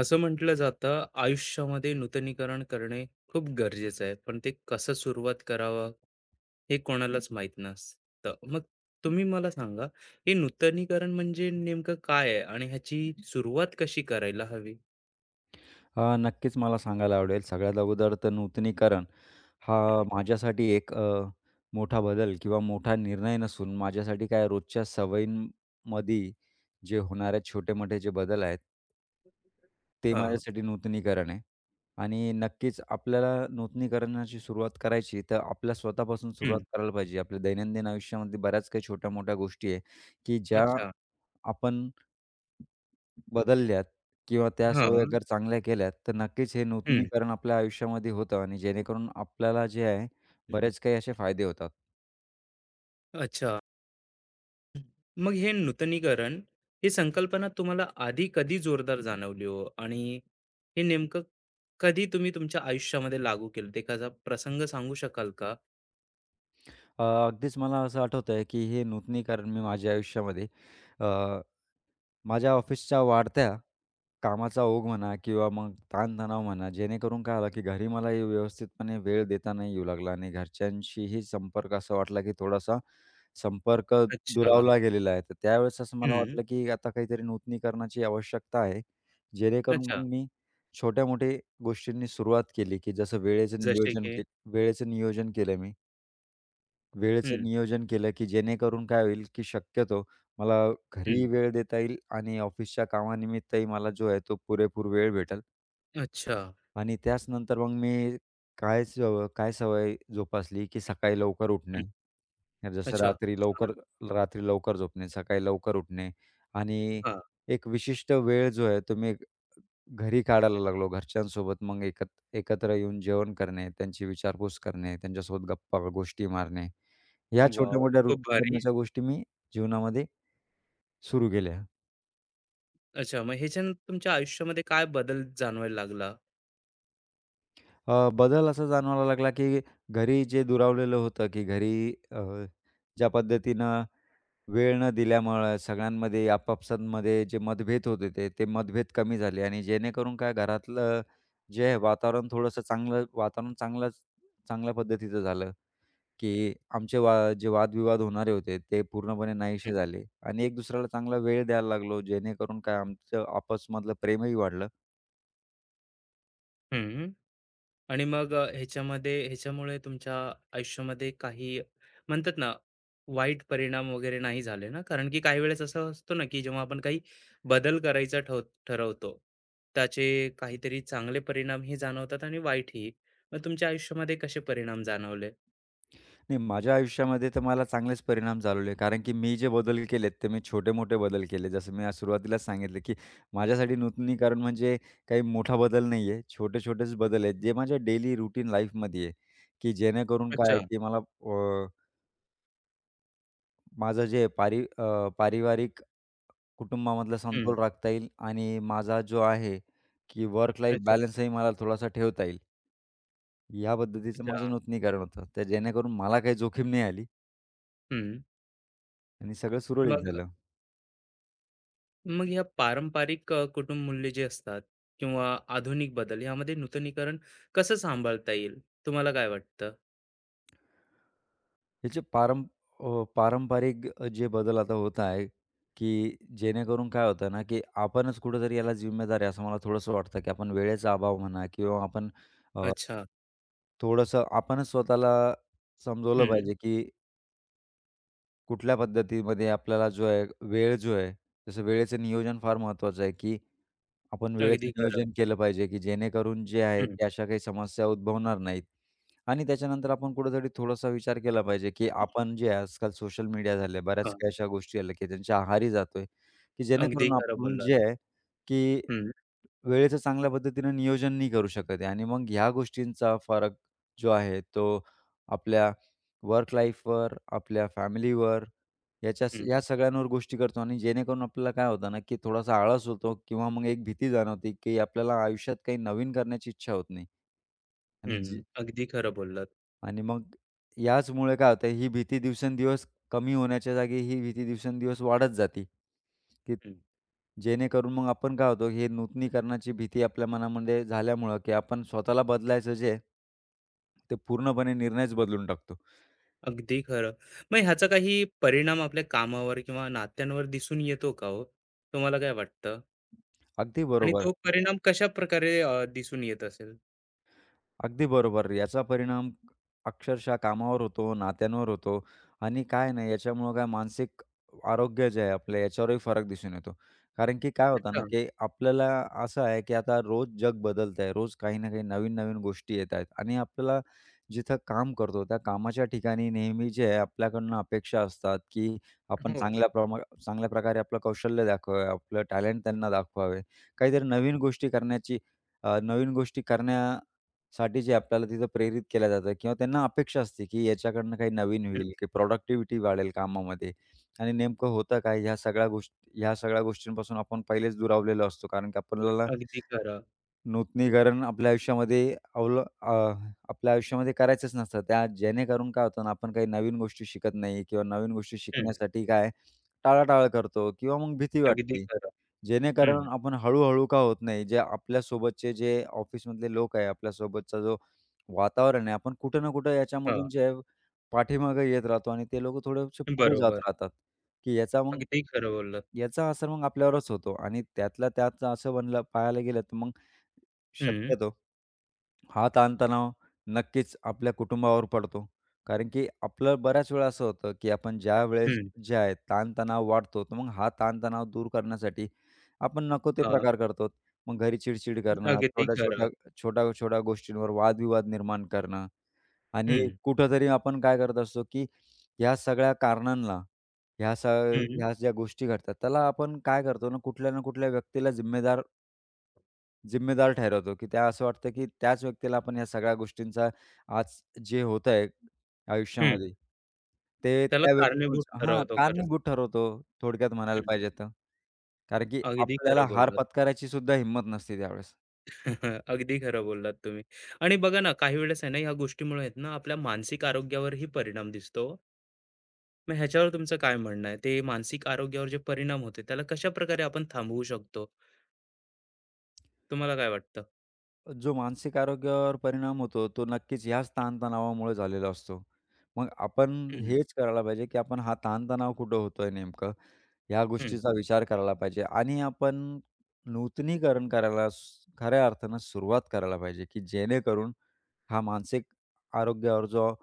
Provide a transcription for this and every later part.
असं म्हटलं जातं आयुष्यामध्ये नूतनीकरण करणे खूप गरजेचं आहे पण ते कसं सुरुवात करावं हे कोणालाच माहित नसतं. मग तुम्ही मला सांगा, हे नूतनीकरण म्हणजे नेमकं काय आहे आणि ह्याची सुरुवात कशी करायला हवी? हां, नक्कीच मला सांगायला आवडेल. सगळ्यात अगोदर तर नूतनीकरण हा हम्म. माझ्यासाठी एक मोठा बदल किंवा मोठा निर्णय नसून माझ्यासाठी काय रोजच्या सवयींमध्ये जे होणारे छोटे-मोठे जे बदल आहेत, ते हा. माझ्यासाठी नूतनीकरण आहे. आणि नक्कीच आपल्याला नूतनीकरणाची सुरुवात करायची तर आपल्या स्वतःपासून सुरुवात हम्म. करायला पाहिजे. आपल्या दैनंदिन आयुष्यामध्ये बऱ्याच काही छोट्या-मोठ्या गोष्टी आहे, की ज्या अच्छा. आपण बदलल्यात किंवा त्या हा. सवयी हं. अगर चांगल्या केल्यात, तर नक्कीच हे हम्म. नूतनीकरण आपल्या आयुष्यामध्ये होतं आणि जेणेकरून आपल्याला जे आहे, बरेच काही असे फायदे होतात. अच्छा. मग हे नूतनीकरण ही संकल्पना तुम्हाला आधी कधी जोरदार जाणवली हो? आणि हे नेमकं कधी तुम्ही तुमच्या आयुष्यामध्ये लागू केलं, ते एखादा प्रसंग सांगू शकाल का? अगदीच मला असं आठवतंय, की हे नूतनीकरण मी माझ्या आयुष्यामध्ये अ, माझ्या ऑफिसच्या वाढत्या कामाचा ओघ म्हणा किंवा मग ताणतणाव म्हणा, जेणेकरून काय आलं, की घरी मला हे व्यवस्थितपणे वेळ देता नाही येऊ लागला आणि घरच्यांशीही संपर्क असा वाटला, की थोडासा संपर्क अच्छा. दुरावला गेलेला आहे. तर त्यावेळेस असं मला हं. वाटलं, की आता काहीतरी नूतनीकरणाची आवश्यकता आहे. जेणेकरून अच्छा. मग मी छोट्या-मोठ्या गोष्टींनी सुरुवात केली, की जसं जसे की? वेळेचं नियोजन केलं मी. वेळेचं हं. नियोजन केलं, की जेणेकरून काय होईल, की शक्यतो मला घरीही हं. वेळ देता येईल आणि ऑफिसच्या कामानिमित्तही मला जो आहे तो पुरेपूर वेळ भेटेल. अच्छा. आणि त्याच नंतर मग मी काय सवय जोपासली, की सकाळी लवकर उठणे. हं. जसं अच्छा. रात्री छान. लवकर रात्री लवकर झोपणे, सकाळी लवकर उठणे आणि हां. एक विशिष्ट वेळ जो आहे, तो मी घरी काढायला लागलो. घरच्यांसोबत मग एकत्र येऊन जेवण करणे, त्यांची विचारपूस करणे, त्यांच्यासोबत गप्पा गोष्टी मारणे. ह्या वॉव! छोट्या-मोठ्या खूप कृती भारी. करण्याच्या गोष्टी मी जीवनामध्ये सुरू केल्या. अच्छा, मग ह्याच्यानं तुमच्या आयुष्यामध्ये काय बदल जाणवायला लागला? बदल असा जाणवायला लागला, की घरी जे दुरावलेलं होतं, की घरी अ, ज्या पद्धतीनं वेळ न दिल्यामुळं सगळ्यांमध्ये आपापसांमध्ये जे मतभेद होत होते, ते ते मतभेद कमी झाले आणि जेणेकरून काय घरातलं जे आहे वातावरण थोडंसं चांगलं वातावरण चांगलंच चांगल्या पद्धतीचं झालं, की आमचे जे वादविवाद होणारे होते, ते पूर्णपणे हं. नाहीसे झाले आणि एक दुसऱ्याला चांगला वेळ द्यायला लागलो, जेणेकरून काय आमचं आपसमधलं प्रेमही वाढलं. हं. आणि मग ह्याच्यामध्ये ह्याच्यामुळे तुमच्या आयुष्यामध्ये काही म्हणतात ना, वाईट परिणाम वगैरे नाही झाले ना? कारण की काही वेळेस असं असतो ना, की जेव्हा आपण काही बदल करायचा ठरवतो, त्याचे काहीतरी चांगले परिणाम हे जाणवतात आणि वाईटही. मग तुमच्या आयुष्यामध्ये कसे परिणाम जाणवले? नाही, माझ्या आयुष्यामध्ये तर मला चांगलेच परिणाम जाणवले. कारण की मी जे बदल केलेत, ते मी छोटे-मोठे बदल केले. जसं मी आज सुरुवातीलाच सांगितलं, की माझ्यासाठी नूतनीकरण म्हणजे काही मोठा बदल नाही आहे. छोटे-छोटेच बदल आहेत, जे माझ्या डेली रुटीन लाईफमध्ये आहे, की जेणेकरून काय आहे, अच्छा. की मला अ, माझं जे पारिवारिक कुटुंबामधला हम्म. समतोल राखता येईल आणि माझा जो आहे, की वर्क लाईफ अच्छा. बॅलन्सही मला थोडासा ठेवता येईल. या पद्धतीचं अच्छा. माझं नूतनीकरण होतं. तर जेणेकरून मला काही जोखीम नाही आली हम्म. आणि सगळं सुरळीत मग झालं. मग या पारंपरिक कुटुंब मूल्ये जे असतात किंवा आधुनिक बदल, यामध्ये नूतनीकरण कसं सांभाळता येईल? तुम्हाला काय वाटतं? याचे पारंपरिक जे बदल आता होत आहे, की जेणेकरून काय होतं ना, की आपणच कुठेतरी याला जिम्मेदार आहे असं मला थोडंसं वाटतं, की आपण वेळेचा अभाव म्हणा किंवा आपण अ, अच्छा. थोडंसं आपणच स्वतःला समजवलं हं. पाहिजे, की कुठल्या पद्धतीमध्ये आपल्याला जो आहे वेळ जो आहे, जसं वेळेचं नियोजन फार महत्त्वाचं आहे, की आपण वेळेचं अगदी खरं. नियोजन केलं पाहिजे, की जेणेकरून जे आहे, हं. की अशा काही समस्या उद्भवणार नाहीत. आणि त्याच्यानंतर आपण कुठेतरी थोडासा विचार केला पाहिजे, की आपण जे आहे, आजकाल सोशल मीडिया झाले, बऱ्याच हां. काही अशा गोष्टी आल्या, की त्यांच्या आहारी जातोय, की अगदी जेणेकरून खरं आपण बोललात. जे आहे, की हं. वेळेचं चांगल्या पद्धतीनं नियोजन नाही करू शकत आहे आणि मग ह्या गोष्टींचा फरक जो आहे तो आपल्या वर्क लाईफवर, आपल्या फॅमिलीवर हं. या सगळ्यांवर गोष्टी करतो आणि जेणेकरून आपल्याला काय होतं ना, की थोडासा आळस होतो किंवा मग एक भीती जाणवते, की आपल्याला आयुष्यात काही नवीन करण्याची इच्छा होत नाही. आणि हं. जे अगदी खरं बोललात. आणि मग याचमुळे काय होतं ही भीती दिवसेंदिवस कमी होण्याच्या जागी ही भीती दिवसेंदिवस वाढत जाते, की हं. जेणेकरून मग आपण काय होतो हे नूतनीकरणाची भीती आपल्या मनामध्ये झाल्यामुळं, की आपण स्वतःला बदलायचं जे आहे, ते पूर्णपणे निर्णयच बदलून टाकतो. अगदी खरं. मग ह्याचा काही परिणाम आपल्या कामावर किंवा नात्यांवर दिसून येतो का हो? तुम्हाला काय वाटतं? अगदी आणि बरोबर. तो परिणाम कशाप्रकारे दिसून येत असेल? अगदी बरोबर. याचा परिणाम अक्षरशः कामावर होतो, नात्यांवर होतो आणि काय नाही याच्यामुळं काय मानसिक आरोग्य जे आहे आपलं याच्यावरही फरक दिसून येतो. कारण की काय होतं ना, अच्छा. की आपल्याला असं आहे, की आता रोज जग बदलतंय. रोज काही ना काही नवीन-नवीन गोष्टी येत आहेत आणि आपल्याला जिथं काम करतो, त्या कामाच्या ठिकाणी नेहमी जे आहे आपल्याकडनं अपेक्षा असतात, की आपण हो. चांगल्या प्रकारे आपलं कौशल्य दाखवावे, आपलं टॅलेंट त्यांना दाखवावे. काहीतरी नवीन गोष्टी करण्या साठी जे आपल्याला तिथं प्रेरित केलं जातं किंवा त्यांना अपेक्षा असते, की याच्याकडनं काही नवीन होईल, हं. की प्रॉडक्टिव्हिटी वाढेल कामामध्ये आणि नेमकं होतं काय? ह्या सगळ्या गोष्टींपासून आपण पहिलेच दुरावलेलो असतो. कारण की आपल्याला अगदी खरं. नूतनीकरण आपल्या आपल्या आयुष्यामध्ये करायचंच नसतं. त्या जेणेकरून काय होतं ना, आपण काही नवीन गोष्टी शिकत नाही किंवा नवीन गोष्टी हं. शिकण्यासाठी काय टाळाटाळ करतो किंवा मग भीती अगदी वाटते. खरं. हं. जेणेकरून आपण हळू-हळू का होत नाही, जे आपल्यासोबतचे जे ऑफिसमधले लोक आहे, आपल्यासोबतचा जो वातावरण आहे, आपण कुठं ना कुठं याच्यामधून हां. जे आहे पाठीमागे येत राहतो आणि ते लोकं थोडेसे पुढे जात बरोबर. राहतात, की अगदी खरं बोललात. याचा असर मग आपल्यावरच होतो आणि त्यातल्या त्यात असं बनलं पाहायला गेलं तर मग हं. शक्यतो. हा ताणतणाव नक्कीच आपल्या कुटुंबावर पडतो. कारण की आपलं बऱ्याच वेळा असं होतं, की आपण ज्यावेळेस हं. जे आहे ताणतणाव वाढतो, तर मग हा ताणतणाव दूर करण्यासाठी आपण नको ते हां. प्रकार करतो. मग घरी चिड करणं, अगदी खरं. छोट्या-छोट्या गोष्टींवर वादविवाद निर्माण करणं आणि हं. कुठेतरी आपण काय करत असतो, की ह्या सगळ्या कारणांना, हं. ह्या ज्या गोष्टी घडतात, त्याला आपण काय करतो ना, कुठल्या ना कुठल्या व्यक्तीला जिम्मेदार जिम्मेदार ठरवतो, की त्या असं वाटतं, की त्याच व्यक्तीला आपण या सगळ्या गोष्टींचा आज जे होत आहे हं. आयुष्यामध्ये, ते त्याला त्या कारणीभूत व्यक्तीच हां, ठरवतो खरंच. कारणीभूत ठरवतो थोडक्यात म्हणायला हं. पाहिजे तर. कारण की अगदी खरं आपल्याला हार बोललात. पत्करायची सुद्धा हिंमत नसते त्यावेळेस. अगदी खरं बोललात तुम्ही. आणि बघा ना, काही वेळेस आहे ना, ह्या गोष्टीमुळे आहेत ना, आपल्या मानसिक आरोग्यावरही परिणाम दिसतो. मग ह्याच्यावर तुमचं काय म्हणणं आहे? ते मानसिक आरोग्यावर जे परिणाम होते, त्याला कशाप्रकारे आपण थांबवू शकतो? तुम्हाला काय वाटतं? जो मानसिक आरोग्यावर परिणाम होतो, तो नक्कीच ह्याच ताणतणावामुळे झालेला असतो. मग आपण हं. हेच करायला पाहिजे, की आपण हा ताणतणाव कुठं होतोय नेमकं? या हं. गोष्टीचा विचार करायला पाहिजे आणि आपण नूतनीकरण करायला सु खऱ्या अर्थानं सुरुवात करायला पाहिजे, की जेणेकरून हा मानसिक आरोग्यावर जो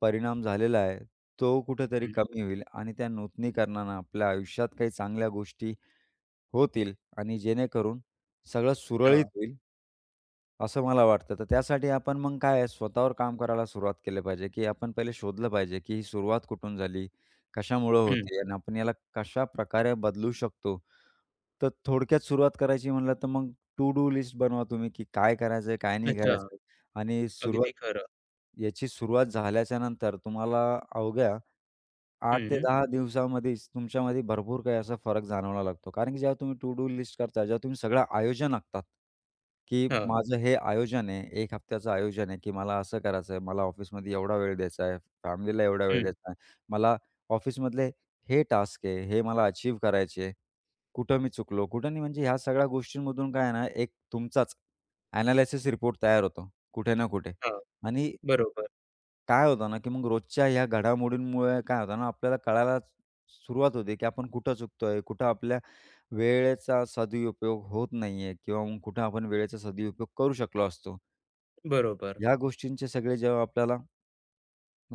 परिणाम झालेला आहे, तो कुठेतरी हं. कमी होईल आणि त्या नूतनीकरणानं आपल्या आयुष्यात काही चांगल्या गोष्टी होतील आणि जेणेकरून सगळं सुरळीत हां. होईल. असं मला वाटतं. तर त्यासाठी आपण मग काय आहे, स्वतःवर काम करायला सुरुवात केली पाहिजे, की आपण पहिले शोधलं पाहिजे, की ही सुरुवात कुठून झाली, कशामुळं हं. होते आणि आपण याला कशाप्रकारे बदलू शकतो. तर थोडक्यात सुरुवात करायची म्हणलं तर मग टू डू लिस्ट बनवा तुम्ही, की काय करायचं काय नाही अच्छा. करायचं आणि अगदी खरं. याची सुरुवात झाल्याच्यानंतर तुम्हाला अवघ्या 8 ते हं. 10 दिवसामध्येच तुमच्यामध्ये भरपूर काही असा फरक जाणवायला लागतो. कारण की जेव्हा तुम्ही टू डू लिस्ट करता, जेव्हा तुम्ही सगळं आयोजन आखतात, की हो. हां. माझं हे आयोजन आहे, 1 हफ्त्याचं आयोजन आहे, की मला असं करायचं आहे, मला ऑफिसमध्ये एवढा वेळ द्यायचा आहे, फॅमिलीला एवढा वेळ हं. द्यायचा आहे, मला ऑफिसमधले हे टास्क आहे, हे मला अचीव्ह करायचे आहे, कुठं मी चुकलो, कुठं नाही. म्हणजे ह्या सगळ्या गोष्टींमधून काय आहे ना, एक तुमचाच ॲनालिसिस रिपोर्ट तयार होतो कुठे ना कुठे हां. आणि बरोबर, काय होतं ना, की मग रोजच्या ह्या घडामोडींमुळे काय होतं ना, आपल्याला कळायला सुरुवात होते, की आपण कुठं चुकतोय, कुठं आपल्या वेळेचा सदुपयोग होत नाहीये किंवा मग कुठं आपण वेळेचा सदुपयोग करू शकलो असतो. बरोबर. ह्या गोष्टींचे सगळे जेव्हा आपल्याला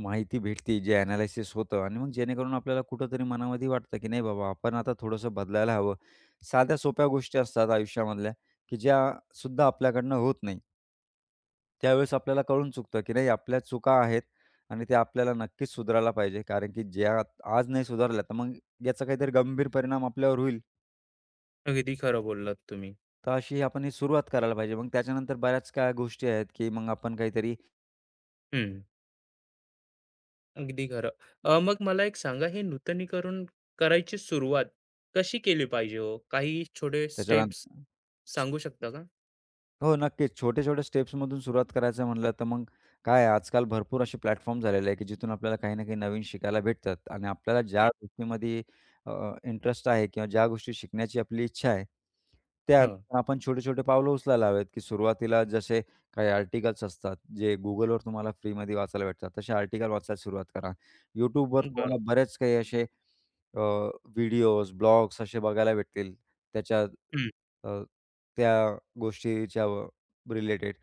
माहिती भेटते, जे ॲनालिसिस होतं आणि मग जेणेकरून आपल्याला कुठेतरी मनामध्ये वाटतं, की नाही बाबा, आपण आता थोडंसं बदलायला हवं. साध्या सोप्या गोष्टी असतात आयुष्यामधल्या, की ज्या सुद्धा आपल्याकडनं होत नाही. त्यावेळेस आपल्याला कळून चुकतं, की नाही आपल्या चुका आहेत आणि ते आपल्याला नक्कीच सुधारायला पाहिजे. कारण की ज्या आज नाही सुधारल्या, तर मग याचा काहीतरी गंभीर परिणाम आपल्यावर होईल. अगदी खरं बोललात तुम्ही. तर अशी आपण ही सुरुवात करायला पाहिजे. मग त्याच्यानंतर बऱ्याच काय गोष्टी आहेत, की मग आपण काहीतरी हं. अगदी खरं. मग मला एक सांगा, हे नूतनीकरण करायची सुरुवात कशी केली पाहिजे हो? काही छोटे स्टेप्स त्याच्यानंतर सांगू शकता का? हो, नक्कीच. छोटे-छोटे स्टेप्समधून सुरुवात करायचं म्हणलं, तर मग काय आहे, आजकाल भरपूर असे प्लॅटफॉर्म झालेले आहे, की जिथून आपल्याला काही ना काही नवीन शिकायला भेटतात आणि आपल्याला ज्या हं. गोष्टीमध्ये अ, इंटरेस्ट आहे किंवा ज्या गोष्टी शिकण्याची आपली इच्छा आहे, त्या हां. आपण छोटे-छोटे पावलं उचलायला हवेत, की सुरुवातीला जसे काही आर्टिकल्स असतात, जे Googleवर तुम्हाला फ्रीमध्ये वाचायला भेटतात, तसे आर्टिकल वाचायला सुरुवात करा. YouTubeवर तुम्हाला बरोबर. बरेच काही असे व्हिडिओज, ब्लॉग्स असे बघायला भेटतील. त्याच्या हं. अ, त्या गोष्टीच्या रिलेटेड.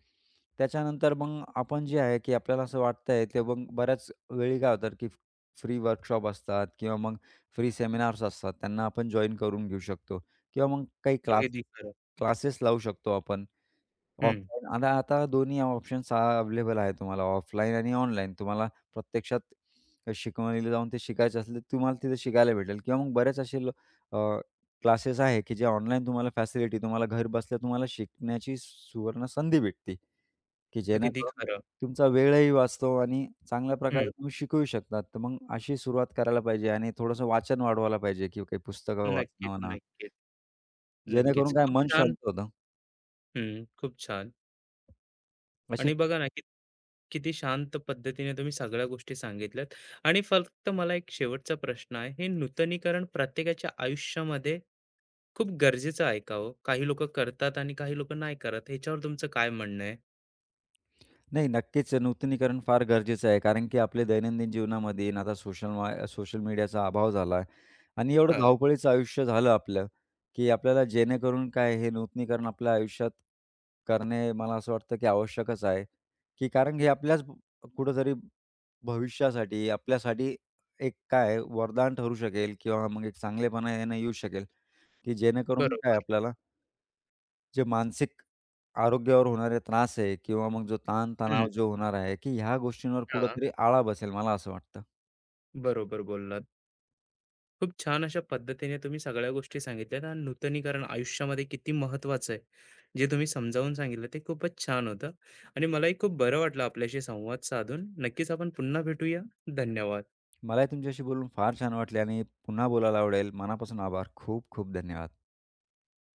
त्याच्यानंतर मग आपण जे आहे, की आपल्याला असं वाटतंय ते मग बऱ्याच वेळी काय होतात, की फ्री वर्कशॉप असतात किंवा मग फ्री सेमिनार्स असतात. त्यांना आपण जॉइन करून घेऊ शकतो किंवा मग काही क्लास अगदी खरं. क्लासेस लावू शकतो आपण. हं. ऑफलाईन आता आता दोन्ही ऑप्शन्स अवेलेबल आहे तुम्हाला ऑफलाईन आणि ऑनलाईन. तुम्हाला प्रत्यक्षात शिकवणीला जाऊन ते शिकायचं असेल, तर तुम्हाला तिथे शिकायला भेटेल किंवा मग बरेच असे क्लासेस आहे, की जे ऑनलाईन तुम्हाला फॅसिलिटी तुम्हाला घरबसल्या तुम्हाला शिकण्याची सुवर्ण संधी भेटते, की अगदी जेणेकरून खरं. तुमचा वेळही वाचतो आणि चांगल्या प्रकारे हं. तुम्ही शिकवू शकतात. तर मग अशी सुरुवात करायला पाहिजे आणि थोडंसं वाचन वाढवायला पाहिजे किंवा काही पुस्तकं वाचणं नक्कीच, म्हणा, नक्कीच, नक्कीच. जेणेकरून काय खूप मन छान. शांत होतं. हं. खूप छान. अशी आणि बघा ना, की किती शांत पद्धतीने तुम्ही सगळ्या गोष्टी सांगितल्यात. आणि फक्त मला एक शेवटचा प्रश्न आहे. हे नूतनीकरण प्रत्येकाच्या आयुष्यामध्ये खूप गरजेचं आहे का हो? काही लोकं करतात आणि काही लोकं नाही करत. ह्याच्यावर तुमचं काय म्हणणं आहे? नाही, नक्कीच नूतनीकरण फार गरजेचं आहे. कारण की आपल्या दैनंदिन जीवनामध्ये आणि आता सोशल मीडियाचा अभाव झाला आणि एवढं हां. धावपळीचं आयुष्य झालं आपलं, की आपल्याला जेणेकरून काय हे नूतनीकरण आपल्या आयुष्यात करणे मला असं वाटतं की आवश्यकच आहे, की कारण हे आपल्याच कुठेतरी भविष्यासाठी आपल्यासाठी एक काय वरदान ठरू शकेल किंवा मग एक चांगलेपणा यानं येऊ शकेल, की जेणेकरून काय बरोबर. आपल्याला जे मानसिक आरोग्यावर होणारे त्रास आहे किंवा मग जो ताण-तणाव हं. हं. जो होणार आहे, की ह्या गोष्टींवर हां. हां. कुठेतरी आळा बसेल, मला असं वाटतं. बरोबर बोललात. खूप छान अशा पद्धतीने तुम्ही सगळ्या गोष्टी सांगितल्यात आणि नूतनीकरण आयुष्यामध्ये किती महत्त्वाचं आहे, जे तुम्ही समजावून सांगितलं, ते खूपच छान होतं. आणि मलाही खूप बरं वाटलं आपल्याशी संवाद साधून. नक्कीच आपण पुन्हा भेटूया. धन्यवाद. मलाही तुमच्याशी बोलून फार छान वाटले आणि पुन्हा बोलायला आवडेल. मनापासून आभार. खूप खूप धन्यवाद.